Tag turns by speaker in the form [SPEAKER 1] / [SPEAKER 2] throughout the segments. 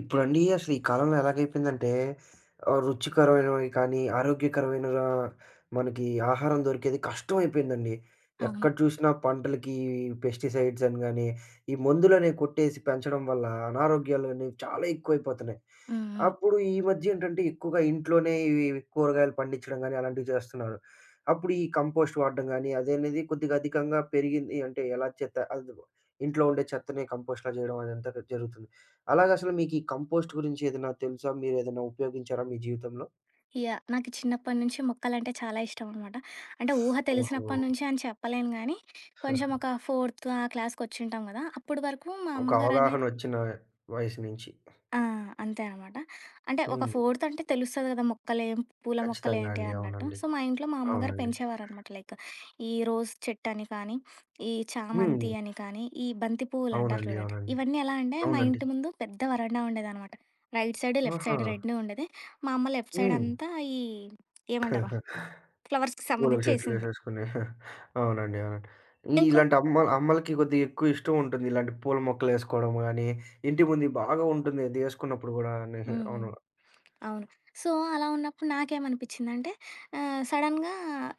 [SPEAKER 1] ఇప్పుడండి అసలు ఈ కాలంలో ఎలాగైపోయిందంటే రుచికరమైనవి కానీ, ఆరోగ్యకరమైన మనకి ఆహారం దొరికేది కష్టమైపోయిందండి.
[SPEAKER 2] అవును.
[SPEAKER 1] ఎక్కడ చూసినా పంటలకి పెస్టిసైడ్స్ అని గాని, ఈ మందులనేవి కొట్టేసి పెంచడం వల్ల అనారోగ్యాలనేవి చాలా ఎక్కువైపోతున్నాయి.
[SPEAKER 2] హ్మ్. హ్మ్.
[SPEAKER 1] అప్పుడు ఈ మధ్య ఏంటంటే ఎక్కువగా ఇంట్లోనే ఇవి కూరగాయలు పండించడం గాని, అలాంటివి చేస్తున్నారు. అప్పుడు ఈ కంపోస్ట్ వాడడం గాని, అదనేది కొద్దిగా అధికంగా పెరిగింది. అంటే ఎలా చెత్త అది ఇంట్లో ఉండే చెత్తని కంపోస్ట్‌లా చేయడం అదంతా జరుగుతుంది. అలాగ అసలు మీకు ఈ కంపోస్ట్ గురించి ఏదైనా తెలుసా? మీరేదైనా ఉపయోగించారా మీ జీవితంలో?
[SPEAKER 2] యాహ్! నాకు చిన్నప్పటి నుంచి మొక్కలంటే చాలా ఇష్టం అనమాట. అంటే ఊహ
[SPEAKER 1] ఓహో!
[SPEAKER 2] తెలిసినప్పటి నుంచి అని చెప్పలేను గానీ, కొంచెం ఒక ఫోర్త్ ఆ క్లాస్‌కొచ్చుంటాం గదా! అప్పటి వరకు మా
[SPEAKER 1] ఒక
[SPEAKER 2] అమ్మగారనేది
[SPEAKER 1] అవగాహనొచ్చిన వయసు నుంచి.
[SPEAKER 2] ఆ! అంతే అనమాట. అంటే ఒక
[SPEAKER 1] హ్మ్.
[SPEAKER 2] ఫోర్త్ అంటే తెలుస్తది గదా! మొక్కలేం, పూల
[SPEAKER 1] ఖచ్చితంగా
[SPEAKER 2] మొక్కలేంటి
[SPEAKER 1] అండి.
[SPEAKER 2] అన్నట్టు.
[SPEAKER 1] అవునండి.
[SPEAKER 2] సో, మా ఇంట్లో మా అమ్మగారు
[SPEAKER 1] అవునండి.
[SPEAKER 2] పెంచేవారనమాట. లైక్ ఈ రోజ్ చెట్టని కానీ, ఈ
[SPEAKER 1] హ్మ్.
[SPEAKER 2] చామంతి అని కానీ, ఈ బంతి పువ్వులంటారు
[SPEAKER 1] అవునండి.
[SPEAKER 2] చూడండి.
[SPEAKER 1] అవునండి.
[SPEAKER 2] ఇవన్నీ ఎలా అంటే మా
[SPEAKER 1] అవునండి.
[SPEAKER 2] ఇంటి ముందు పెద్ద వరండా ఉండేదనమాట. రైట్ సైడ్, లెఫ్ట్
[SPEAKER 1] ఆహా!
[SPEAKER 2] సైడ్ 2 ఉండేది. మా అమ్మ లెఫ్ట్ సైడ్
[SPEAKER 1] హ్మ్.
[SPEAKER 2] అంతా ఈ ఏమంటారు ఫ్లవర్స్‌కి
[SPEAKER 1] పూల
[SPEAKER 2] సంబంధించి ఏసింది.
[SPEAKER 1] చెట్లేసేసుకుని. అవునండి. అవునండి. ఈ
[SPEAKER 2] ఇంకో
[SPEAKER 1] ఇలాంటి అమ్మ అమ్మలకి కొద్దిగా ఎక్కువ ఇష్టం ఉంటుంది. ఇలాంటి పూల మొక్కలేసుకోవడం గాని, ఇంటి ముందు బాగా ఉంటుంది అది ఏసుకున్నప్పుడు గూడా అని.
[SPEAKER 2] హ్మ్. హ్మ్.
[SPEAKER 1] అవును.
[SPEAKER 2] అవును. సో, అలా ఉన్నప్పుడు నాకేమనిపిచ్చిందంటే సడెన్‌గా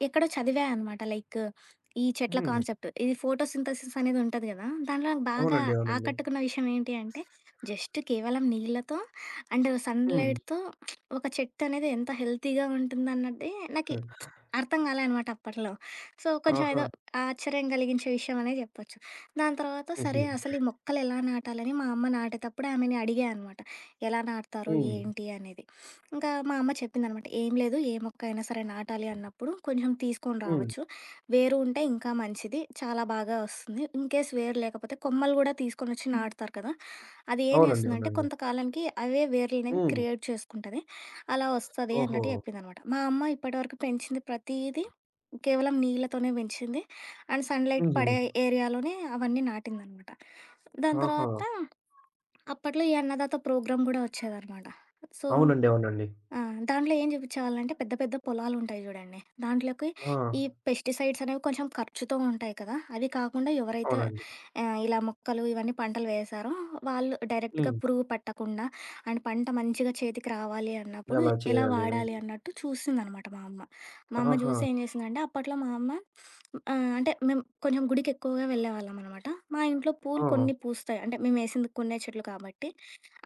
[SPEAKER 2] ఎక్కడో చదివా అనమాట. లైక్ ఈ చెట్ల
[SPEAKER 1] హ్మ్.
[SPEAKER 2] కాన్సెప్ట్. ఇది ఫోటోసింథసిస్ అనేది ఉంటది గదా! దాంట్లో నాకు బాగా
[SPEAKER 1] అవునండి. అవునండి.
[SPEAKER 2] ఆకట్టుకున్న విషయం ఏంటి అంటే, జస్ట్ కేవలం నీళ్ళతో అండ్
[SPEAKER 1] హ్మ్.
[SPEAKER 2] సన్‌లైట్‌తో ఒక చెట్టు అనేది ఎంత హెల్తీగా ఉంటుందన్నదే నాకి అర్థం కాలే అనమాట అప్పట్లో. సో, కొంచెం
[SPEAKER 1] ఆహా!
[SPEAKER 2] ఏదో ఆశ్చర్యం కలిగించే విషయం అనే చెప్పొచ్చు. దాని తర్వాత
[SPEAKER 1] హుహు.
[SPEAKER 2] సరే అసలు ఈ మొక్కలు ఎలా నాటాలని మా అమ్మ నాటేటప్పుడు ఆమెని అడిగా అనమాట. ఎలా నాటుతారు?
[SPEAKER 1] హ్మ్.
[SPEAKER 2] ఏంటి? అనేది. ఇంకా మా అమ్మ చెప్పిందనమాట. "ఏం లేదు ఏ మొక్క అయినా సరే నాటాలి అన్నప్పుడు కొంచెం తీసుకొని
[SPEAKER 1] హ్మ్.
[SPEAKER 2] రావచ్చు. వేరు ఉంటే ఇంకా మంచిది. చాలా బాగా వస్తుంది. ఇన్‌కేస్ వేరు లేకపోతే కొమ్మలు కూడా తీసుకొనొచ్చి నాటుతారు కదా! అది ఏం
[SPEAKER 1] అవునండి.
[SPEAKER 2] చేస్తుందంటే
[SPEAKER 1] అవునండి.
[SPEAKER 2] కొంతకాలానికి అవే వేర్లనేవి
[SPEAKER 1] హ్మ్.
[SPEAKER 2] క్రియేట్ చేసుకుంటది. అలా వస్తది
[SPEAKER 1] ఓహో!
[SPEAKER 2] అన్నట్టు చెప్పిందనమాట. మా అమ్మ ఇప్పటివరకు పెంచింది ప్రతీదీ కేవలం నీళ్ళతోనే పెంచింది. అండ్ సన్‌లైట్
[SPEAKER 1] హుహు.
[SPEAKER 2] పడే ఏరియాలోనే అవన్నీ నాటిందనమాట. దాని
[SPEAKER 1] ఆహా!
[SPEAKER 2] తర్వాత అప్పట్లో ఈ అన్నదాత ప్రోగ్రామ్ గూడా వచ్చేదనమాట. సో
[SPEAKER 1] అవునండి. అవునండి.
[SPEAKER 2] ఆ! దాంట్లో ఏం చూపించేవాళ్ళంటే పెద్ద పెద్ద పొలాలుంటాయి చూడండి. దాంట్లోకి
[SPEAKER 1] ఆ!
[SPEAKER 2] ఈ పెస్టిసైడ్స్ అనేవి కొంచెం ఖర్చుతో ఉంటాయి కదా! అవి కాకుండా ఎవరైతే
[SPEAKER 1] అవునండి.
[SPEAKER 2] ఇలా మొక్కలు ఇవన్నీ పంటలు వేశారో వాళ్ళు డైరెక్ట్‌గా
[SPEAKER 1] హ్మ్.
[SPEAKER 2] పురుగు పట్టకుండా అండ్ పంట మంచిగా చేతికి రావాలి అన్నప్పుడు
[SPEAKER 1] ఎలా
[SPEAKER 2] ఎలా
[SPEAKER 1] చేయాలి?
[SPEAKER 2] వాడాలి అన్నట్టు చూసిందనమాట మా అమ్మ. మా అమ్మ
[SPEAKER 1] ఆహా!
[SPEAKER 2] చూసి ఏం చేసిందంటే అప్పట్లో మా అమ్మ అంటే మేము కొంచెం గుడికి ఎక్కువగా వెళ్ళేవాళ్ళమనమాట. మా ఇంట్లో పూలు
[SPEAKER 1] ఆ!
[SPEAKER 2] కొన్ని పూస్తాయి. అంటే మేమేసింది కొన్నే చెట్లు కాబట్టి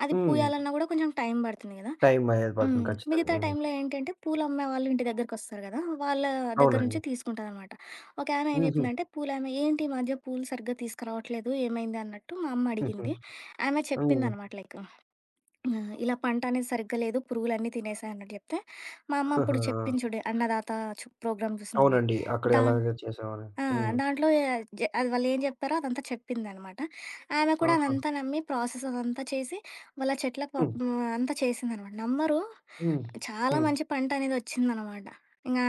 [SPEAKER 2] అది
[SPEAKER 1] హ్మ్.
[SPEAKER 2] పూయాలన్నా కూడా కొంచెం టైం పడుతుంది కదా!
[SPEAKER 1] టైం అనేది
[SPEAKER 2] హ్మ్.
[SPEAKER 1] పడుతుంది ఖచ్చితంగా.
[SPEAKER 2] మిగతా
[SPEAKER 1] హ్మ్.
[SPEAKER 2] టైంలో ఏంటంటే పూలమ్మే వాళ్ళు ఇంటి దగ్గరకొస్తారు గదా! వాళ్ళ దగ్గర
[SPEAKER 1] అవునండి.
[SPEAKER 2] నుంచి తీసుకుంటాననమాట. ఒకామె ఏం
[SPEAKER 1] హుహు.
[SPEAKER 2] జెప్పిందంటే పూలామె, "ఏంటి ఈ మధ్య పూలు సరిగ్గా తీసుకురావట్లేదు ఏమైంది?" అన్నట్టు మా అమ్మ
[SPEAKER 1] హుహు.
[SPEAKER 2] అడిగింది. ఆమె
[SPEAKER 1] హ్మ్.
[SPEAKER 2] చెప్పిందనమాట లైక్ ఇలా పంట అనేది సరిగ్గా లేదు, పురుగులన్నీ తినేసాయి అన్నట్టు జెప్తే, మా అమ్మ అప్పుడు చెప్పింది చూడు 'అన్నదాత' ప్రోగ్రామ్ చూసిందండి.
[SPEAKER 1] అవునండి. అక్కడ
[SPEAKER 2] దాన్
[SPEAKER 1] ఎలాగ చేసేవారు.
[SPEAKER 2] ఆ!
[SPEAKER 1] హ్మ్.
[SPEAKER 2] దాంట్లో అది వాళ్ళేం జెప్పారో అదంతా చెప్పిందనమాట. ఆమె కూడా
[SPEAKER 1] ఆహా!
[SPEAKER 2] అదంతా నమ్మి ప్రాసెస్ అదంతా చేసి వాళ్ళ చెట్లకు
[SPEAKER 1] హ్మ్.
[SPEAKER 2] అంతా చేసిందనమాట. నమ్మరు
[SPEAKER 1] హ్మ్.
[SPEAKER 2] చాలా
[SPEAKER 1] హ్మ్.
[SPEAKER 2] మంచి పంటనేది ఒచ్చిందనమాట. ఇంగా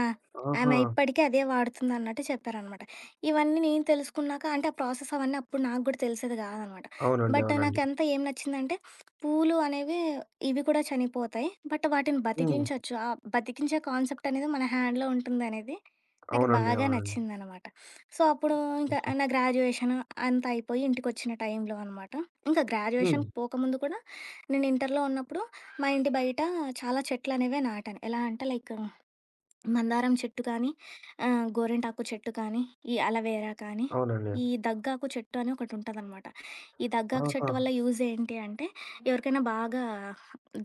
[SPEAKER 1] ఆహా!
[SPEAKER 2] ఆమె ఇప్పటికి అదే వాడుతుందన్నట్టు చెప్పారనమాట. ఇవన్నీ నేను తెలుసుకున్నాక అంటే, ఆ ప్రాసెస్ అవన్నీ అప్పుడు నాకు గూడా తెలిసేది గాదనమాట.
[SPEAKER 1] అవునండి.
[SPEAKER 2] బట్
[SPEAKER 1] అవునండి.
[SPEAKER 2] నాకెంత ఏం నచ్చిందంటే, పూలు అనేవి ఇవి కూడా చనిపోతాయి. బట్ వాటిని
[SPEAKER 1] హ్మ్.
[SPEAKER 2] బతికించొచ్చు. ఆ బతికించే కాన్సెప్ట్ అనేది మన హ్యాండ్‌లో ఉంటుందనేది నాకు
[SPEAKER 1] అవునండి.
[SPEAKER 2] బాగా
[SPEAKER 1] అవునండి.
[SPEAKER 2] నచ్చిందనమాట. సో, అప్పుడు ఇంకా
[SPEAKER 1] హుహు.
[SPEAKER 2] నా గ్రాడ్యుయేషన్ అంతా అయిపోయి ఇంటికొచ్చిన టైంలో అనమాట. ఇంకా
[SPEAKER 1] హ్మ్.
[SPEAKER 2] గ్రాడ్యుయేషన్‌కి పోకముందు కూడా నేను ఇంటర్‌లో ఉన్నప్పుడు మా ఇంటి బయట చాలా చెట్లనేవే నాటాను. ఎలా అంటే లైక్ మందారం చెట్టు కానీ, గోరింటాకు చెట్టు కానీ, ఈ అలవేరా కానీ,
[SPEAKER 1] అవునండి.
[SPEAKER 2] ఈ దగ్గాకు చెట్టు అని ఒకటుంటదనమాట. ఈ దగ్గాకు
[SPEAKER 1] ఆహా!
[SPEAKER 2] చెట్టు వల్ల యూజ్ ఏంటి అంటే, ఎవరికైనా బాగా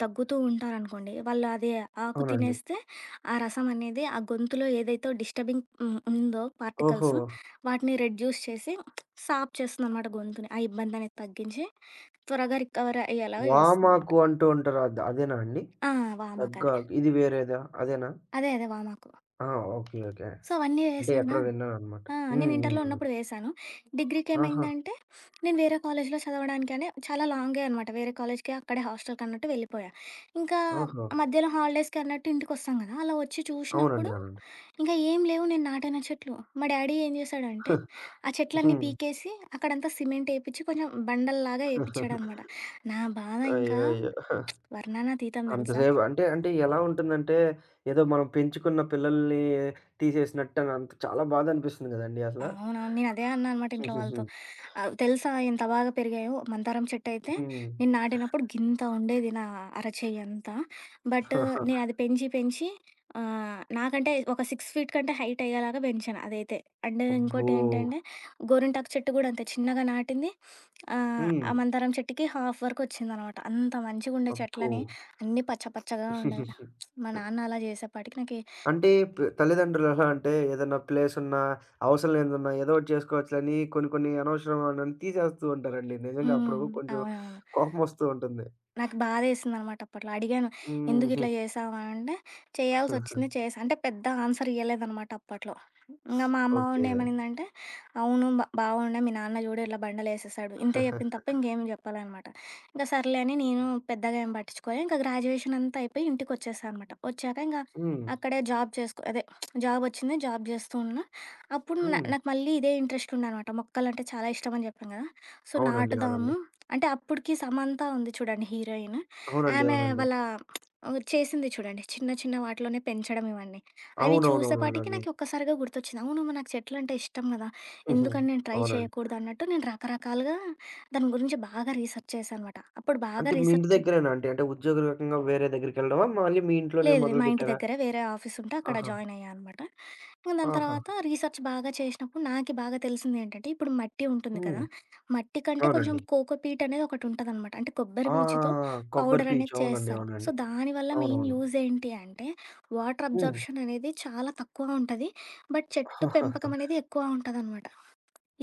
[SPEAKER 2] దగ్గుతూ ఉంటారనుకోండి, వాళ్ళు అది ఆకు
[SPEAKER 1] అవునండి.
[SPEAKER 2] తినేస్తే ఆ రసం అనేది ఆ గొంతులో ఏదైతే డిస్టర్బింగ్ ఉందో
[SPEAKER 1] ఓహో!
[SPEAKER 2] పార్టికల్స్ వాటిని రెడ్యూస్ చేసి సాఫ్ చేస్తుందనమాట గొంతుని. ఆ ఇబ్బంది అనేది తగ్గించి త్వరగా రికవర్ అయ్యేలాగా చేస్తుందనమాట.
[SPEAKER 1] వామాకు అంటూ ఉంటారు. అదేనా అండి?
[SPEAKER 2] ఆ!
[SPEAKER 1] దగ్గ
[SPEAKER 2] వామాకదే.
[SPEAKER 1] ఇది వేరేదా? అదేనా?
[SPEAKER 2] అదే. అదే. వామాకు.
[SPEAKER 1] ఆ! ఓకే. ఓకే.
[SPEAKER 2] సో, అవన్నీ
[SPEAKER 1] అంటే
[SPEAKER 2] వేశానా
[SPEAKER 1] ఎక్కడో విన్నాననమాట.
[SPEAKER 2] ఆ! నేను
[SPEAKER 1] హ్మ్. హ్మ్.
[SPEAKER 2] ఇంటర్‌లో
[SPEAKER 1] హ్మ్.
[SPEAKER 2] ఉన్నప్పుడు వేశాను.
[SPEAKER 1] ఆహా!
[SPEAKER 2] డిగ్రీకేమైందంటే, నేను వేరే కాలేజ్‌లో చదవడానికనే చాలా లాంగే అనమాట. వేరే కాలేజ్‌కి అక్కడే హాస్టల్‌కన్నట్టు వెళ్ళిపోయా. ఇంకా
[SPEAKER 1] ఓహో!
[SPEAKER 2] మధ్యలో హాలిడేస్‌కి అన్నట్టు ఇంటికొస్తాం గదా! అలా వచ్చి
[SPEAKER 1] అవునండి.
[SPEAKER 2] చూషినప్పుడు,
[SPEAKER 1] అవునండి.
[SPEAKER 2] ఇంకా ఏం లేవు నేను నాటిన చెట్లు. మా డ్యాడీ ఏం చేశాడంటే, ఆ చెట్లన్నీ
[SPEAKER 1] హ్మ్.
[SPEAKER 2] పీకేసి, అక్కడంతా సిమెంట్ ఏపిచ్చి, కొంచెం బండల్లాగా ఏపిచ్చాడనమాట. నా బాధ ఇంకా
[SPEAKER 1] అయ్యో! అయ్యో!
[SPEAKER 2] వర్ణనాతీతం తెలుసా!
[SPEAKER 1] అంతసేపు అంటే, అంటే ఎలా ఉంటుందంటే, ఏదో మనం పెంచుకున్న పిల్లల్ని తీసేసినట్టని అంత చాలా బాధనిపిస్తుంది గదండీ అసల.
[SPEAKER 2] అవునవును. నేనదే అన్నా అనమాట ఇంట్లో వాళ్ళతో. తెలుసా ఎంత బాగా పెరిగాయో మందారం చెట్టయితే
[SPEAKER 1] హ్మ్.
[SPEAKER 2] నేను నాటినప్పుడు గింత ఉండేది నా అరచెయ్యంతా. బట్ నేనది పెంచి పెంచి నాకంటే ఒక 6 ఫీట్ కంటే హైటయ్యేలాగా పెంచాను అదైతే. అండ్
[SPEAKER 1] అబ్బో!
[SPEAKER 2] ఇంకోటేంటంటే గోరింటాకు చెట్టు గూడా అంతే చిన్నగా నాటింది.
[SPEAKER 1] హ్మ్.
[SPEAKER 2] ఆ మందారం చెట్టుకి హాఫ్ వరకొచ్చిందనమాట. అంత మంచిగుండే
[SPEAKER 1] అబ్బో!
[SPEAKER 2] చెట్లని అన్నీ పచ్చ పచ్చగా ఉండేవి. మా నాన్న అలా జేసేపాటికి నాకి
[SPEAKER 1] అంటే తల్లిదండ్రులు ఎలా అంటే ఏదైనా ప్లేసున్నా, అవసరం లేనిదున్నా ఏదో ఒకటి చేసుకోవచ్చులని కొన్ని కొన్ని అనవసరమైనవన్నీ తీసేస్తూ ఉంటారండి. నిజంగా
[SPEAKER 2] హ్మ్.
[SPEAKER 1] అప్పుడు కొంచెం
[SPEAKER 2] అవునవును.
[SPEAKER 1] కోపమొస్తూ ఉంటుంది.
[SPEAKER 2] నాకు బాధేసిందనమాట అప్పట్లో. అడిగాను,
[SPEAKER 1] హ్మ్.
[SPEAKER 2] "ఎందుకిట్లా జేశావు" అనంటే, "చేయాల్సొచ్చింది చేశా." అంటే పెద్ద ఆన్సర్ ఇయ్యలేదనమాట అప్పట్లో. ఇంగ మా అమ్మ
[SPEAKER 1] ఓకే.
[SPEAKER 2] ఉండి ఏమనిందంటే, "అవును బాగుండే, మీ నాన్న జూడు ఇలా బండలేసేశాడు." ఇంతే జెప్పింది తప్ప ఇంకేం జెప్పలే అనమాట. ఇంక సర్లే అని నేను పెద్దగా ఏం పట్టించుకోలే. ఇంక గ్రాడ్యుయేషన్ అంతా అయిపోయి ఇంటికొచ్చేశా అనమాట. వచ్చాక ఇంగ
[SPEAKER 1] హ్మ్.
[SPEAKER 2] అక్కడే జాబ్ చేసుకో అదే జాబొచ్చింది. జాబ్ జేస్తూ ఉన్నా. అప్పుడు
[SPEAKER 1] హ్మ్.
[SPEAKER 2] నాకు మళ్ళీ ఇదే ఇంట్రెస్ట్ ఉండే అనమాట. మొక్కలంటే చాలా ఇష్టమని జెప్పాను గదా! సో,
[SPEAKER 1] అవునండి. అవునండి.
[SPEAKER 2] నాటుదాము అంటే అప్పటికి 'సమంత' ఉంది చూడండి హీరోయిన్.
[SPEAKER 1] అవునండి.
[SPEAKER 2] ఆమె
[SPEAKER 1] అవునండి.
[SPEAKER 2] వాళ్ళ చేసింది చూడండి. చిన్న చిన్న వాటిలోనే పెంచడం ఇవన్నీ. అవి చూసేపాటికి
[SPEAKER 1] అవునవునవునండి.
[SPEAKER 2] నాకు ఒక్కసారిగా గుర్తొచ్చింది. అవును మరి నాకు చెట్లంటే ఇష్టం కదా!
[SPEAKER 1] హుహు.
[SPEAKER 2] ఎందుకని నేను ట్రై
[SPEAKER 1] అవునండి.
[SPEAKER 2] చేయకూడదు అన్నట్టు నేను రకరకాలుగా దాని గురించి బాగా రీసెర్చ్ చేశాననమాట. అప్పుడు బాగా
[SPEAKER 1] అంటే మీ ఇంటి
[SPEAKER 2] రీసెర్చ్
[SPEAKER 1] దగ్గరేనా అండి? అంటే ఉద్యోగరీత్యంగా వేరే దగ్గరికెళ్ళడమా? మళ్ళీ మీ ఇంట్లోనే
[SPEAKER 2] లేదు. లేదు. మా ఇంటి
[SPEAKER 1] మొదలుపెట్టారా?
[SPEAKER 2] దగ్గరే వేరే ఆఫీసుంటే అక్కడ
[SPEAKER 1] ఆహా!
[SPEAKER 2] జాయిన్ అయ్యా అనమాట. ఇంక దాని
[SPEAKER 1] ఆహా!
[SPEAKER 2] తర్వాత రీసెర్చ్ బాగా చేసినప్పుడు నాకి బాగా తెలిసిందేంటంటే, ఇప్పుడు మట్టి ఉంటుంది
[SPEAKER 1] హ్మ్.
[SPEAKER 2] కదా! మట్టి కంటే కొంచెం
[SPEAKER 1] అవునండి.
[SPEAKER 2] కోకోపీట్ అనేది ఒకటుంటదనమాట. అంటే కొబ్బరి
[SPEAKER 1] ఆ!
[SPEAKER 2] పీచుతో
[SPEAKER 1] కొబ్బరి
[SPEAKER 2] పౌడర్
[SPEAKER 1] పీచు.
[SPEAKER 2] అనేది
[SPEAKER 1] అవునండి.
[SPEAKER 2] చేస్తారు. సో,
[SPEAKER 1] అవునండి.
[SPEAKER 2] దానివల్ల మెయిన్
[SPEAKER 1] అవునవును.
[SPEAKER 2] యూజ్ ఏంటి అంటే, వాటర్
[SPEAKER 1] హ్మ్.
[SPEAKER 2] అబ్జార్ప్షన్ అనేది చాలా తక్కువ ఉంటది. బట్ చెట్టు పెంపకం అనేది ఎక్కువ ఉంటదనమాట.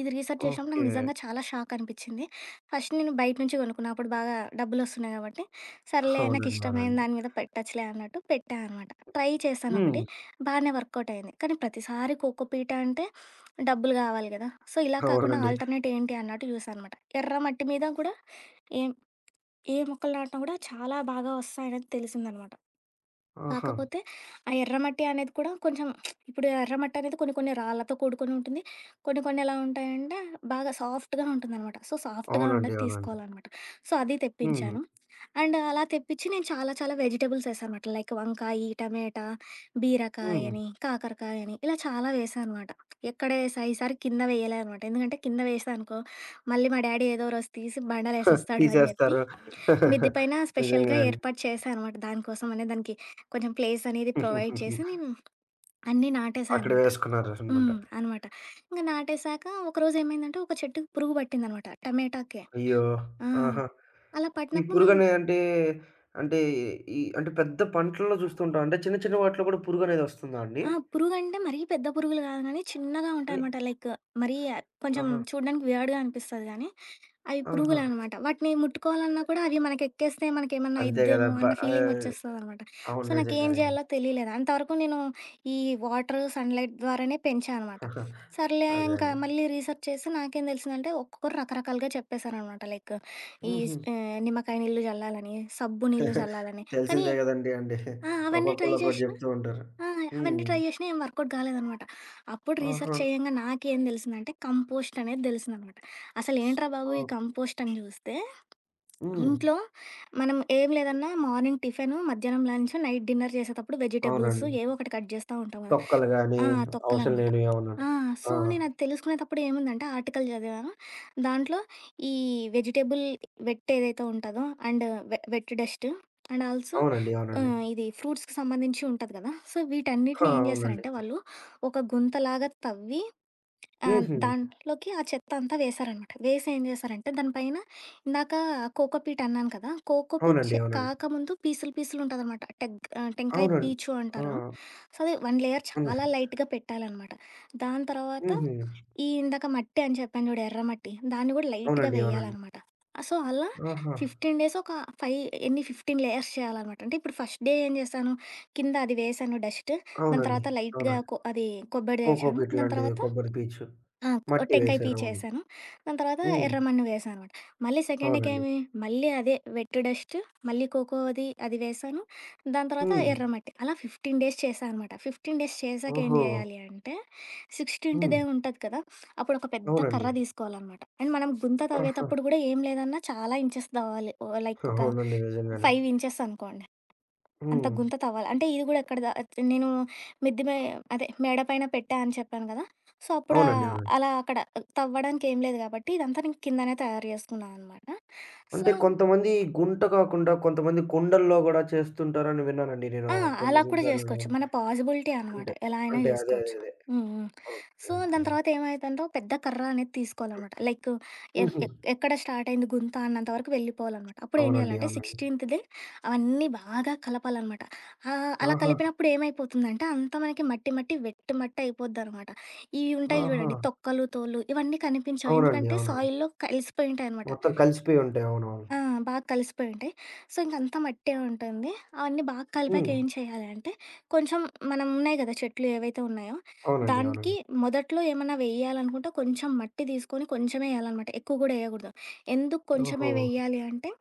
[SPEAKER 2] ఇది రీసెర్చ్ చేసినప్పుడు నాకు
[SPEAKER 1] ఓకే.
[SPEAKER 2] నిజంగా చాలా షాక్ అనిపించింది. ఫస్ట్ నేను బయట నుంచి కొనుక్కున్నా. అప్పుడు బాగా డబ్బులొస్తున్నాయి కాబట్టి, సర్లే
[SPEAKER 1] అవునండి.
[SPEAKER 2] నాకిష్టమైన
[SPEAKER 1] అవునండి.
[SPEAKER 2] దాని మీద పెట్టచ్చులే అన్నట్టు పెట్టా అనమాట. ట్రై
[SPEAKER 1] హ్మ్.
[SPEAKER 2] చేశానొకటి. బానే వర్కౌట్ అయింది. కానీ ప్రతిసారి కోకో పీట అంటే డబ్బులు కావాలి కదా! సో, ఇలా కాకుండా
[SPEAKER 1] అవునండి.
[SPEAKER 2] ఆల్టర్‌నేట్ ఏంటి అన్నట్టు చూసా అనమాట. ఎర్ర మట్టి మీద కూడా ఏం ఏ మొక్కలు నాటినా కూడా చాలా బాగా వస్తాయనేది తెలిసిందనమాట.
[SPEAKER 1] ఆహా!
[SPEAKER 2] కాకపోతే ఆ ఎర్రమట్టి అనేది కూడా కొంచెం ఇప్పుడు ఎర్రమట్టి అనేది కొన్ని కొన్ని రాళ్ళతో కూడుకొని ఉంటుంది. కొన్ని కొన్ని ఎలా ఉంటాయంటే బాగా సాఫ్ట్‌గా ఉంటుందనమాట. సో, సాఫ్ట్‌గా
[SPEAKER 1] అవునండి.
[SPEAKER 2] ఉండేది
[SPEAKER 1] అవునండి.
[SPEAKER 2] తీసుకోవాలనమాట. సో, అది
[SPEAKER 1] హ్మ్.
[SPEAKER 2] తెప్పించాను. అండ్ అలా తెప్పించి నేను చాలా చాలా వెజిటబుల్స్ ఏసా అనమాట. లైక్ వంకాయి, టమేటా, బీరకాయ
[SPEAKER 1] హ్మ్.
[SPEAKER 2] అని, కాకరకాయ అని ఇలా చాలా వేసా అనమాట. ఎక్కడ ఏసా ఈసారి కింద వేయలే అనమాట. ఎందుకంటే కింద వేసా అనుకో మళ్ళీ మా డ్యాడీ ఏదో రోజు తీసి బండలేసేస్తాడు అని చెప్పి
[SPEAKER 1] తీసేస్తారు.
[SPEAKER 2] మిద్ది పైన
[SPEAKER 1] నిజంగా
[SPEAKER 2] స్పెషల్‌గా
[SPEAKER 1] అండి.
[SPEAKER 2] ఏర్పాటు చేశా అనమాట. దానికోసమనే దానికి కొంచెం ప్లేస్ అనేది ప్రొవైడ్ చేసి నేను అన్నీ నాటేశా
[SPEAKER 1] అక్కడ
[SPEAKER 2] అనమాట.
[SPEAKER 1] వేసుకున్నారనమాట.
[SPEAKER 2] హ్మ్. అనమాట. ఇంక నాటేశాక ఒకరోజేమైందంటే ఒక చెట్టుకి పురుగు పట్టిందనమాట. టమాటాకే.
[SPEAKER 1] అయ్యో!
[SPEAKER 2] ఆ!
[SPEAKER 1] ఆహా!
[SPEAKER 2] అలా
[SPEAKER 1] ఈ
[SPEAKER 2] పట్టినప్పుడు నా
[SPEAKER 1] పురుగనే అంటే, అంటే ఈ అంటే పెద్ద పంటల్లో చూస్తుంటాం. అంటే చిన్న చిన్న వాటిలో కూడా పురుగనేది వస్తుందా అండి?
[SPEAKER 2] ఆ! పురుగంటే మరీ పెద్ద పురుగులు కాదు గానీ, చిన్నగా
[SPEAKER 1] అని
[SPEAKER 2] ఉంటాయనమాట. లైక్ మరీ కొంచెం
[SPEAKER 1] ఆహా!
[SPEAKER 2] చూడడానికి వియర్డ్‌గా అనిపిస్తది గానీ, అవి
[SPEAKER 1] ఆహా!
[SPEAKER 2] పురుగులనమాట. వాటిని ముట్టుకోవాలన్నా కూడా అవి మనకెక్కేస్తే మనకేమన్నా
[SPEAKER 1] అంతే గదా!
[SPEAKER 2] అయిద్దేమో అన్న
[SPEAKER 1] ఆహ్,
[SPEAKER 2] ఫీలింగొచ్చేస్తదనమాట.
[SPEAKER 1] అవును.
[SPEAKER 2] సో, నాకేం
[SPEAKER 1] నిజంగానే అండి.
[SPEAKER 2] జేయాలో తెలియలేదు. అంతవరకు నేను ఈ వాటర్, సన్‌లైట్ ద్వారానే పెంచా అనమాట. సర్లే
[SPEAKER 1] అదే
[SPEAKER 2] ఇంకా
[SPEAKER 1] అండి.
[SPEAKER 2] మళ్ళీ రీసెర్చ్ చేసి నాకేం తెలిసిందంటే, ఒక్కొక్కరు రకరకాలుగా చెప్పేశారనమాట. లైక్
[SPEAKER 1] హుహు.
[SPEAKER 2] నిమ్మకాయ నీళ్ళు జల్లాలని, సబ్బు నీళ్ళు జల్లాలని. కానీ
[SPEAKER 1] తెలిసిందే గదండీ అండి.
[SPEAKER 2] ఆ! అవన్నీ ట్రై
[SPEAKER 1] ఒక్కొక్కళ్ళు ఒక్కోటి
[SPEAKER 2] చేషినా
[SPEAKER 1] జెప్తూ ఉంటారు.
[SPEAKER 2] ఆ! అవన్నీ
[SPEAKER 1] హ్మ్.
[SPEAKER 2] ట్రై చేసినా ఏం వర్కౌట్ కాలేదనమాట. అప్పుడు రీసెర్చ్
[SPEAKER 1] ఆహా!
[SPEAKER 2] చేయంగా నాకేం తెలిసిందంటే, కంపోస్ట్ అనేది తెలిసిందనమాట. అసలేంట్రా బాబు ఈ
[SPEAKER 1] ఓహ్!
[SPEAKER 2] కంపోస్ట్ అని చూస్తే,
[SPEAKER 1] హ్మ్.
[SPEAKER 2] ఇంట్లో మనం ఏం లేదన్నా మార్నింగ్ టిఫిను, మధ్యాహ్నం లంచ్, నైట్ డిన్నర్ చేసేటప్పుడు వెజిటబుల్స్
[SPEAKER 1] అవునండి.
[SPEAKER 2] ఏవో ఒకటి కట్ చేస్తా ఉంటాం కదా!
[SPEAKER 1] తొక్కలు గాని,
[SPEAKER 2] ఆ!
[SPEAKER 1] అవసరం
[SPEAKER 2] తొక్కలనమాట.
[SPEAKER 1] లేనివి అవునండి.
[SPEAKER 2] ఆ!
[SPEAKER 1] ఆ!
[SPEAKER 2] సో, నేనది తెలుసుకునేటప్పుడు ఏముందంటే ఆర్టికల్ చదివాను. దాంట్లో ఈ వెజిటబుల్ వెట్ ఏదైతే ఉంటదో and wet dust and also
[SPEAKER 1] అవునండి. అవునండి.
[SPEAKER 2] ఇది ఫ్రూట్స్‌కి సంబంధించి ఉంటది కదా! సో,
[SPEAKER 1] ఆ!
[SPEAKER 2] వీటన్నిటిని ఏం
[SPEAKER 1] అవునండి.
[SPEAKER 2] చేస్తారంటే వాళ్ళు ఒక గుంతలాగా తవ్వి ఆ!
[SPEAKER 1] హుహు.
[SPEAKER 2] దాంట్లోకి ఆ చెత్త అంతా వేశారనమాట. వేసి ఏం చేశారంటే దానిపైన ఇందాక కోకో పీట్ అన్నాను కదా! కోకో పీట్
[SPEAKER 1] అవునండి. అవునండి.
[SPEAKER 2] కాకముందు పీసులు పీసులు ఉంటదనమాట. టెంకాయ
[SPEAKER 1] అవునండి.
[SPEAKER 2] పీచు
[SPEAKER 1] ఆ!
[SPEAKER 2] అంటారు. సో, అది 1 లేయర్ చాలా
[SPEAKER 1] అవునండి.
[SPEAKER 2] లైట్‌గా పెట్టాలనమాట. దాని తర్వాత
[SPEAKER 1] హుహు.
[SPEAKER 2] ఈ ఇందాక మట్టి అని చెప్పాను చూడు ఎర్రమట్టి, దాన్ని కూడా లైట్‌గా
[SPEAKER 1] అవునండి. అవునండి.
[SPEAKER 2] వేయాలనమాట. సో, అలా
[SPEAKER 1] ఆహా!
[SPEAKER 2] 15 డేస్ ఒక 5 ఎన్ని 15 లేయర్స్ చేయాలనమాట. అంటే ఇప్పుడు ఫస్ట్ డే ఏం చేశాను, కింద అది వేశాను డస్ట్. దాని
[SPEAKER 1] అవునండి.
[SPEAKER 2] తర్వాత లైట్‌గా
[SPEAKER 1] అవునండి.
[SPEAKER 2] కొ అది కొబ్బరి
[SPEAKER 1] కోకో
[SPEAKER 2] తెచ్చాను.
[SPEAKER 1] పీట్
[SPEAKER 2] దాని
[SPEAKER 1] లాంటిది
[SPEAKER 2] తర్వాత
[SPEAKER 1] కొబ్బరి పీచు.
[SPEAKER 2] ఆ! ఓ
[SPEAKER 1] మట్టి
[SPEAKER 2] టెంకాయ
[SPEAKER 1] వేశారు. అవును.
[SPEAKER 2] పిచేసాను. దాని తర్వాత
[SPEAKER 1] హ్మ్.
[SPEAKER 2] ఎర్రమన్ను వేసాననమాట. మళ్ళీ సెకండ్
[SPEAKER 1] అవునండి.
[SPEAKER 2] డేకేమి మళ్ళీ అదే వెట్ డస్ట్, మళ్ళీ కోకోది అది వేసాను. దాని తర్వాత
[SPEAKER 1] హ్మ్.
[SPEAKER 2] ఎర్రమట్టి. అలా 15 డేస్ చేశా అనమాట. 15 డేస్ చేశాక ఏం
[SPEAKER 1] ఓహో!
[SPEAKER 2] జేయాలి అంటే, 16th
[SPEAKER 1] హ్మ్.
[SPEAKER 2] డే ఉంటది కదా! అప్పుడు ఒక పెద్ద
[SPEAKER 1] అవునండి.
[SPEAKER 2] కర్ర తీసుకోవాలనమాట. అండ్ మనం గుంత
[SPEAKER 1] ఆహా!
[SPEAKER 2] తవ్వేతప్పుడు గూడా ఏం లేదన్నా చాలా ఇంచెస్ దవ్వాలి. ఓ లైక్ ఒక
[SPEAKER 1] అవునండి. నిజంగానే.
[SPEAKER 2] 5 ఇంచెస్ అనుకోండి. అంత
[SPEAKER 1] హ్మ్.
[SPEAKER 2] గుంత తవ్వాలి. అంటే ఇది గూడా ఎక్కడ దా నేను మిద్ది మే అదే మేడ పైన పెట్టా అని చెప్పాను గదా! సో, అప్పుడా
[SPEAKER 1] అవునండి. అవునండి.
[SPEAKER 2] అలా అక్కడ తవ్వడానికి ఏం లేదు గాబట్టి, ఇదంతా నేను కిందనే తయారు జేసుకున్నా అనమాట. సో
[SPEAKER 1] అంటే కొంతమంది గుంట కాకుండా కొంతమంది కుండల్లో గూడా చేస్తుంటారని విన్నానండి నేను
[SPEAKER 2] ఆ!
[SPEAKER 1] కొన్ని
[SPEAKER 2] అలా కూడా
[SPEAKER 1] సంచార్లు.
[SPEAKER 2] జేసుకోవచ్చు. మన పాజిబిలిటీ అనమాట.
[SPEAKER 1] అంటే
[SPEAKER 2] ఎలా అయినా
[SPEAKER 1] అంటే అదే.
[SPEAKER 2] జేసుకోవచ్చు.
[SPEAKER 1] అదే.
[SPEAKER 2] హ్మ్. హ్మ్.
[SPEAKER 1] ఓకే.
[SPEAKER 2] సో,
[SPEAKER 1] ఓకే
[SPEAKER 2] దాని
[SPEAKER 1] అండి.
[SPEAKER 2] తర్వాత ఏమైద్దంటే ఓ పెద్ద కర్ర అనేది
[SPEAKER 1] హ్మ్.
[SPEAKER 2] తీసుకోవాలనమాట. లైక్ ఎం
[SPEAKER 1] హుహు.
[SPEAKER 2] ఎ ఎక్కడ స్టార్ట్ అయింది గుంత అన్నంత వరకు వెళ్ళిపోవాలనమాట. అప్పుడు ఏం
[SPEAKER 1] అవునండి.
[SPEAKER 2] జేయాలంటే
[SPEAKER 1] అవునండి.
[SPEAKER 2] 16థ్‌దే అవన్నీ బాగా కలపాలనమాట. అలా
[SPEAKER 1] ఆహా!
[SPEAKER 2] కలిపినప్పుడు ఏమైపోతుందంటే అంతా మనకి మట్టి మట్టి, వెట్టి మట్టి అయిపోద్దనమాట. ఇవి ఉంటాయి
[SPEAKER 1] ఆహా!
[SPEAKER 2] జూడండి తొక్కలు, తోలు ఇవన్నీ కనిపించవు.
[SPEAKER 1] అవునండి.
[SPEAKER 2] ఎందుకంటే
[SPEAKER 1] అవునండి.
[SPEAKER 2] సాయిల్‌లో కలిసిపోయి ఉంటాయనమాట.
[SPEAKER 1] మొత్తం కలిసిపోయి ఉంటాయి. అవునవును.
[SPEAKER 2] ఆ! బాగా కలిసిపోయి ఉంటాయి. సో, ఇంకంతా మట్టే ఉంటుంది. అవన్నీ బాగా కలిపాక
[SPEAKER 1] హ్మ్.
[SPEAKER 2] ఏం చేయాలంటే, కొంచెం మనం ఉన్నాయి కదా చెట్లు ఏవైతే ఉన్నాయో,
[SPEAKER 1] అవునండి.
[SPEAKER 2] దానికి
[SPEAKER 1] అవునండి.
[SPEAKER 2] మొదట్లో ఏమన్నా వేయాలనుకుంటే కొంచెం మట్టి తీసుకొని కొంచెమే ఎయాలనమాట. ఎక్కువ కూడా ఎయకూడదు. ఎందుకు
[SPEAKER 1] ఓహో!
[SPEAKER 2] కొంచెమే వెయ్యాలి అంటే,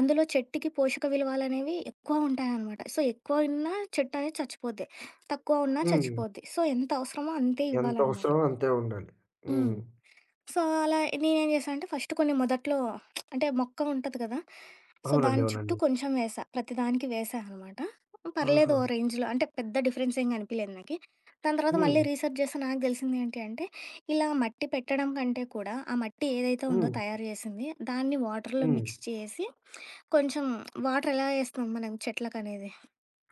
[SPEAKER 2] అందులో చెట్టుకి పోషక విలువలనేవి ఎక్కువ ఉంటాయనమాట. సో, ఎక్కువ ఉన్నా చెట్టు అనేది చచ్చిపోద్ది. తక్కువ ఉన్నా
[SPEAKER 1] హ్మ్.
[SPEAKER 2] చచ్చిపోద్ది. సో, ఎంత అవసరమో అంతే
[SPEAKER 1] ఎంత
[SPEAKER 2] ఇవ్వాలనమాట.
[SPEAKER 1] అవసరమో అంతే ఉండాలి.
[SPEAKER 2] హ్మ్.
[SPEAKER 1] హ్మ్.
[SPEAKER 2] సో, అలా నేనేం చేశా అంటే ఫస్ట్ కొన్ని మొదట్లో అంటే మొక్క ఉంటది కదా! సో,
[SPEAKER 1] అవునండి.
[SPEAKER 2] దాని
[SPEAKER 1] అవునండి.
[SPEAKER 2] చుట్టూ కొంచెం వేశా. ప్రతి దానికి వేశా అనమాట. పర్లేదు
[SPEAKER 1] ఆహా!
[SPEAKER 2] ఓ రేంజ్‌లో అంటే పెద్ద డిఫరెన్స్ ఏం కనిపియలేదు నాకి. దాని తర్వాత
[SPEAKER 1] హ్మ్.
[SPEAKER 2] మళ్ళీ రీసెర్చ్ చేస్తే నాకు తెలిసింది ఏంటి అంటే, ఇలా మట్టి పెట్టడం కంటే కూడా ఆ మట్టి ఏదైతే ఉందో
[SPEAKER 1] హ్మ్.
[SPEAKER 2] తయారు చేసింది, దాన్ని వాటర్‌లో
[SPEAKER 1] హ్మ్.
[SPEAKER 2] మిక్స్ చేసి కొంచెం వాటర్ ఎలా ఏస్తాం మనం చెట్లకనేది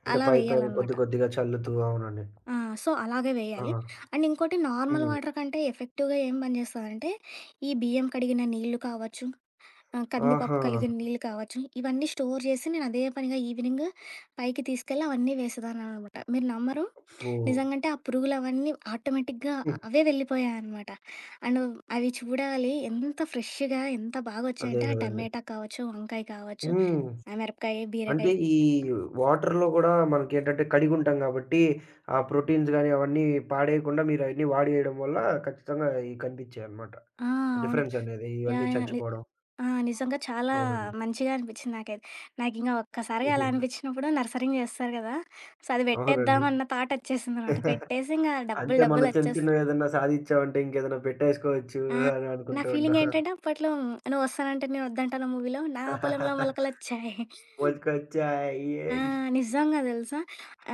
[SPEAKER 1] అంటే
[SPEAKER 2] అలా
[SPEAKER 1] పై పైన
[SPEAKER 2] వేయాలనమాట.
[SPEAKER 1] కొద్ది కొద్దిగా చల్లుతూ అవునండి.
[SPEAKER 2] ఆ! సో, అలాగే
[SPEAKER 1] ఆ!
[SPEAKER 2] వేయాలి. అండ్ ఇంకోటి నార్మల్
[SPEAKER 1] హ్మ్.
[SPEAKER 2] వాటర్ కంటే ఎఫెక్టివ్‌గా ఏం పనిచేస్తదంటే, ఈ బియ్యం కడిగిన నీళ్ళు కావచ్చు, కందిపప్పు
[SPEAKER 1] ఆహా!
[SPEAKER 2] కడిగిన నీళ్ళు కావచ్చు, ఇవన్నీ స్టోర్ చేసి నేను అదే పనిగా ఈవినింగ్ పైకి తీసుకెళ్ళి అవన్నీ వేసేదాన్ననమాట. మీరు నమ్మరు,
[SPEAKER 1] అబ్బో!
[SPEAKER 2] నిజంగంటే ఆ పురుగులవన్నీ ఆటోమేటిక్‌గా
[SPEAKER 1] హ్మ్.
[SPEAKER 2] అవే వెళ్ళిపోయాయనమాట. అండ్ అవి చూడాలి ఎంత ఫ్రెష్‌గా ఎంత
[SPEAKER 1] అదే
[SPEAKER 2] బాగొచ్చాయంటే ఆ
[SPEAKER 1] గదండీ.
[SPEAKER 2] టమాటా కావచ్చు, వంకాయ కావచ్చు,
[SPEAKER 1] హ్మ్.
[SPEAKER 2] ఆ మిరపకాయ,
[SPEAKER 1] అంటే
[SPEAKER 2] బీరకాయ
[SPEAKER 1] ఈ వాటర్‌లో గూడా మనకేంటంటే కడిగుంటాం గాబట్టి, ఆ ప్రోటీన్స్ గాని అవన్నీ పాడేయకుండా మీరయన్నీ వాడేయడం వల్ల ఖచ్చితంగా ఇయి కనిపిచ్చాయనమాట.
[SPEAKER 2] ఆ! అవును.
[SPEAKER 1] డిఫరెన్స్ అనేది ఇవన్నీ
[SPEAKER 2] యాహ్! యాహ్!
[SPEAKER 1] చచ్చిపోవడం.
[SPEAKER 2] ఆ! నిజంగా చాలా
[SPEAKER 1] అవునండి.
[SPEAKER 2] మంచిగా అనిపిచ్చింది నాకైతే. నాకింకా ఒక్కసారిగా
[SPEAKER 1] హుహు.
[SPEAKER 2] అలా అనిపిచ్చినప్పుడు నర్సరింగ్ చేస్తారు గదా! సో, అది
[SPEAKER 1] అవునండి.
[SPEAKER 2] పెట్టేద్దాం అన్న థాటొచ్చేసిందనమాట. పెట్టేసి ఇంగా
[SPEAKER 1] అంతే మనం చిన్న
[SPEAKER 2] డబ్బులొచ్చేస్
[SPEAKER 1] చిన్నవేదన్నా సాధిచ్చామంటే ఇంకేదన్నా పెట్టేసుకోవచ్చు
[SPEAKER 2] ఆ!
[SPEAKER 1] అని
[SPEAKER 2] నా
[SPEAKER 1] అనుకుంటూ ఉంటాం.
[SPEAKER 2] ఫీలింగేంటంటే అప్పట్లో 'నువ్వు వస్తానంటే నేను వద్దంటానా' మూవీలో నా పొలంలో మొలకలొచ్చాయి.
[SPEAKER 1] మోసుకొచ్చాయి.
[SPEAKER 2] ఆ! నిజంగా తెలుసా!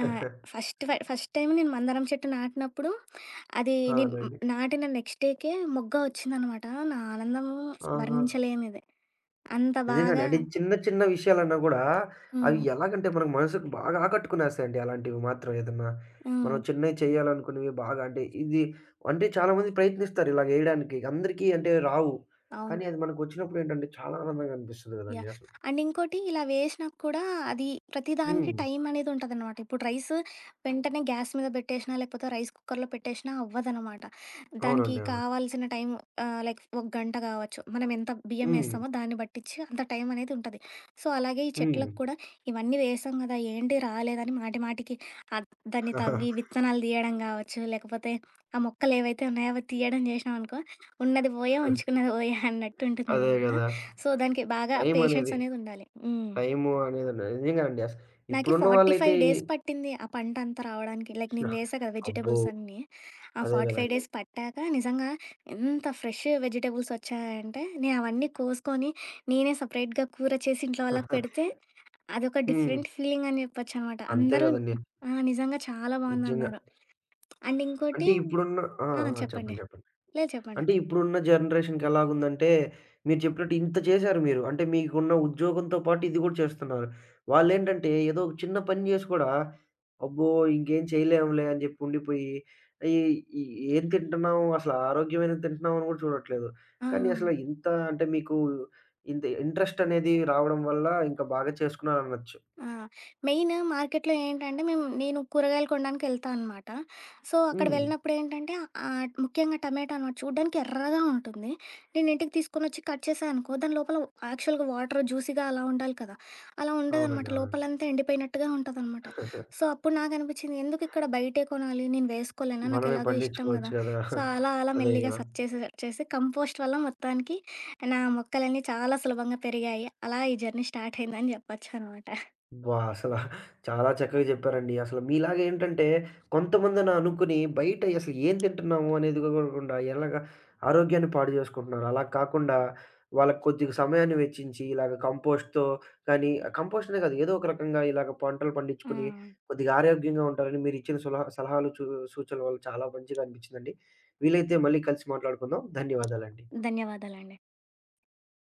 [SPEAKER 2] ఆహ్, ఫస్ట్ టైమ్ నేను మందారం చెట్టు నాటినప్పుడు అది నేను
[SPEAKER 1] అవునండి.
[SPEAKER 2] నాటిన నెక్స్ట్ డేకే మొగ్గ వచ్చిందనమాట. నా ఆనందం
[SPEAKER 1] ఆహా!
[SPEAKER 2] వర్ణించలేనిది. అంత
[SPEAKER 1] నిజంగానే.
[SPEAKER 2] బాగా
[SPEAKER 1] అంటే చిన్న చిన్న విషయాలన్నా గూడా అవి
[SPEAKER 2] హ్మ్.
[SPEAKER 1] ఎలాగంటే మనకు మనసుకు బాగా ఆకట్టుకునేస్తాయండి అలాంటివి మాత్రం ఏదన్నా. మనం
[SPEAKER 2] హ్మ్.
[SPEAKER 1] చిన్నయి చేయాలనుకున్నవి బాగా అంటే ఇది అంటే చాలామంది ప్రయత్నిస్తారు ఇలాగ ఎయడానికి. అందరికీ అంటే రావు.
[SPEAKER 2] అవును.
[SPEAKER 1] కానీ అది మనకొచ్చినప్పుడు ఏంటంటే చాలా ఆనందంగా అనిపిస్తది గదండీ
[SPEAKER 2] యాహ్!
[SPEAKER 1] అసలు.
[SPEAKER 2] అండ్ ఇంకోటి ఇలా వేసినా కూడా అది ప్రతి దానికి
[SPEAKER 1] హ్మ్.
[SPEAKER 2] టైం అనేది ఉంటదనమాట. ఇప్పుడు రైస్ వెంటనే గ్యాస్ మీద పెట్టేసినా, లేకపోతే రైస్ కుక్కర్‌లో పెట్టేసినా అవ్వదనమాట. దానికి
[SPEAKER 1] అవునండి. అవును.
[SPEAKER 2] కావాల్సిన టైం లైక్ ఒక గంట కావచ్చు. మనం ఎంత బియ్యం
[SPEAKER 1] హ్మ్.
[SPEAKER 2] వేస్తామో దాన్ని బట్టిచ్చి అంత టైం అనేది ఉంటది. సో, అలాగే ఈ
[SPEAKER 1] హ్మ్.
[SPEAKER 2] చెట్లకు కూడా ఇవన్నీ వేసాం కదా! ఏంటి రాలేదని మాటి మాటికి అద్ దాన్ని తవ్వి విత్తనాలు తీయడం కావచ్చు, లేకపోతే ఆ మొక్కలు ఏవైతే ఉన్నాయో అవి తీయడం చేసినామనుకో ఉన్నది పోయే, ఉంచుకున్నది పోయే అన్నట్టు
[SPEAKER 1] అదే
[SPEAKER 2] ఉంటుందనమాట.
[SPEAKER 1] గదా!
[SPEAKER 2] సో, దానికి బాగా పేషెన్స్
[SPEAKER 1] టైమనేది
[SPEAKER 2] అనేదుండాలి. హ్మ్.
[SPEAKER 1] టైము అనేది నిజంగానండి.
[SPEAKER 2] నాకి
[SPEAKER 1] ఇప్పుడున్న వాళ్ళైతే
[SPEAKER 2] 45 డేస్ పట్టింది ఆ పంటంతా రావడానికి. లైక్ నేను వేశా కదా!
[SPEAKER 1] అబ్బో!
[SPEAKER 2] వెజిటబుల్స్ అన్నీ. ఆ
[SPEAKER 1] అదే
[SPEAKER 2] 45
[SPEAKER 1] గదండీ.
[SPEAKER 2] డేస్ పట్టాక నిజంగా ఎంత ఫ్రెష్ వెజిటబుల్స్ వచ్చాయంటే, నేను అవన్నీ కోసుకొని, నేనే సెపరేట్‌గా కూర చేసి ఇంట్లో వాళ్ళకి పెడితే, అదొక
[SPEAKER 1] హ్మ్.
[SPEAKER 2] డిఫరెంట్ ఫీలింగ్ అని చెప్పొచ్చనమాట.
[SPEAKER 1] అంతే
[SPEAKER 2] అందరూ
[SPEAKER 1] గదండీ.
[SPEAKER 2] ఆ! నిజంగా చాలా
[SPEAKER 1] నిజంగా.
[SPEAKER 2] బావుందన్నారు. అండ్ ఇంకోటి
[SPEAKER 1] అంటే ఇప్పుడున్న ఆ!
[SPEAKER 2] ఆ!
[SPEAKER 1] ఆ!
[SPEAKER 2] చెప్పండి.
[SPEAKER 1] చెప్పండి. చెప్పండి.
[SPEAKER 2] లేదు చెప్పండి.
[SPEAKER 1] అంటే ఇప్పుడున్న జనరేషన్‌కి ఎలాగుందంటే, మీరు చెప్పినట్టు ఇంత చేశారు మీరు. అంటే మీకున్న ఉద్యోగంతో పాటు ఇది గూడా చేస్తున్నారు. వాళ్ళేంటంటే ఏదో ఒక చిన్న పని చేసి కూడా, అబ్బో! ఇంకేం చేయలేంలే అని జెప్పి ఉండిపోయి, ఈ ఈ ఏం తింటున్నాం అసలు ఆరోగ్యమైనది తింటున్నాం అని గూడా చూడట్లేదు.
[SPEAKER 2] ఆ! ఆ!
[SPEAKER 1] కానీ అసలు ఇంత అంటే మీకు ఇంత ఇంట్రెస్ట్ అనేది రావడం వల్ల ఇంకా బాగా చేసుకున్నారనొచ్చు.
[SPEAKER 2] ఆ! మెయిన్ మార్కెట్‌లో ఏంటంటే మేము నేను కూరగాయలు కొనడానికి వెళ్తా అనమాట. సో, అక్కడ
[SPEAKER 1] హ్మ్.
[SPEAKER 2] వెళ్ళినప్పుడు ఏంటంటే ముఖ్యంగా టమాటా అనమాట చూడ్డానికి ఎర్రగా ఉంటుంది. నేను ఇంటికి తీసుకొనొచ్చి కట్ చేశా అనుకో, దాని లోపల యాక్చువల్‌గా వాటర్ జ్యూసీగా అలా ఉండాలి కదా! అలా ఉండదనమాట.
[SPEAKER 1] అవునండి. అవునండి.
[SPEAKER 2] లోపలంతా ఎండిపోయినట్టుగా ఉంటదనమాట. సో, అప్పుడు నాకనిపించింది ఎందుకు ఇక్కడ బయటే కొనాలి? నేను వేసుకోలేనా? నాకు
[SPEAKER 1] మనమే
[SPEAKER 2] ఎలాగో ఇష్టం
[SPEAKER 1] పండించుకోవచ్చు
[SPEAKER 2] కదా!
[SPEAKER 1] గదా!
[SPEAKER 2] సో, అలా అలా
[SPEAKER 1] అదే
[SPEAKER 2] మెల్లిగా
[SPEAKER 1] గదా!
[SPEAKER 2] సెర్చ్ చేసి, సెర్చ్ చేసి కంపోస్ట్ వల్ల మొత్తానికి నా మొక్కలన్నీ చాలా సులభంగా పెరిగాయి. అలా ఈ జర్నీ స్టార్ట్ అయిందని చెప్పొచ్చనమాట.
[SPEAKER 1] అబ్బా! చాలా చక్కగా చెప్పారండి. అసలు మీలాగా ఏంటంటే కొంతమందిని అనుకుని బయట అసలు ఏం తింటున్నాము అనేది గూడకుండా ఎలాగా ఆరోగ్యాన్ని పాడు జేసుకుంటున్నారు. అలా కాకుండా వాళ్ళకి కొద్దిగా సమయాన్ని వెచ్చించి ఇలాగ కంపోస్ట్‌తో కానీ కంపోస్ట్ అనే కాదు. ఏదో ఒక రకంగా ఇలాగ పంటలు
[SPEAKER 2] ఆ!
[SPEAKER 1] పండించుకొని కొద్దిగా ఆరోగ్యంగా ఉంటారని మీరిచ్చిన సలహాలు సూచనల వల్ల చాలా మంచిగా అనిపించిందండి. వీలైతే మళ్ళీ కలిసి మాట్లాడుకుందాం. ధన్యవాదాలండి.
[SPEAKER 2] ధన్యవాదాలండి.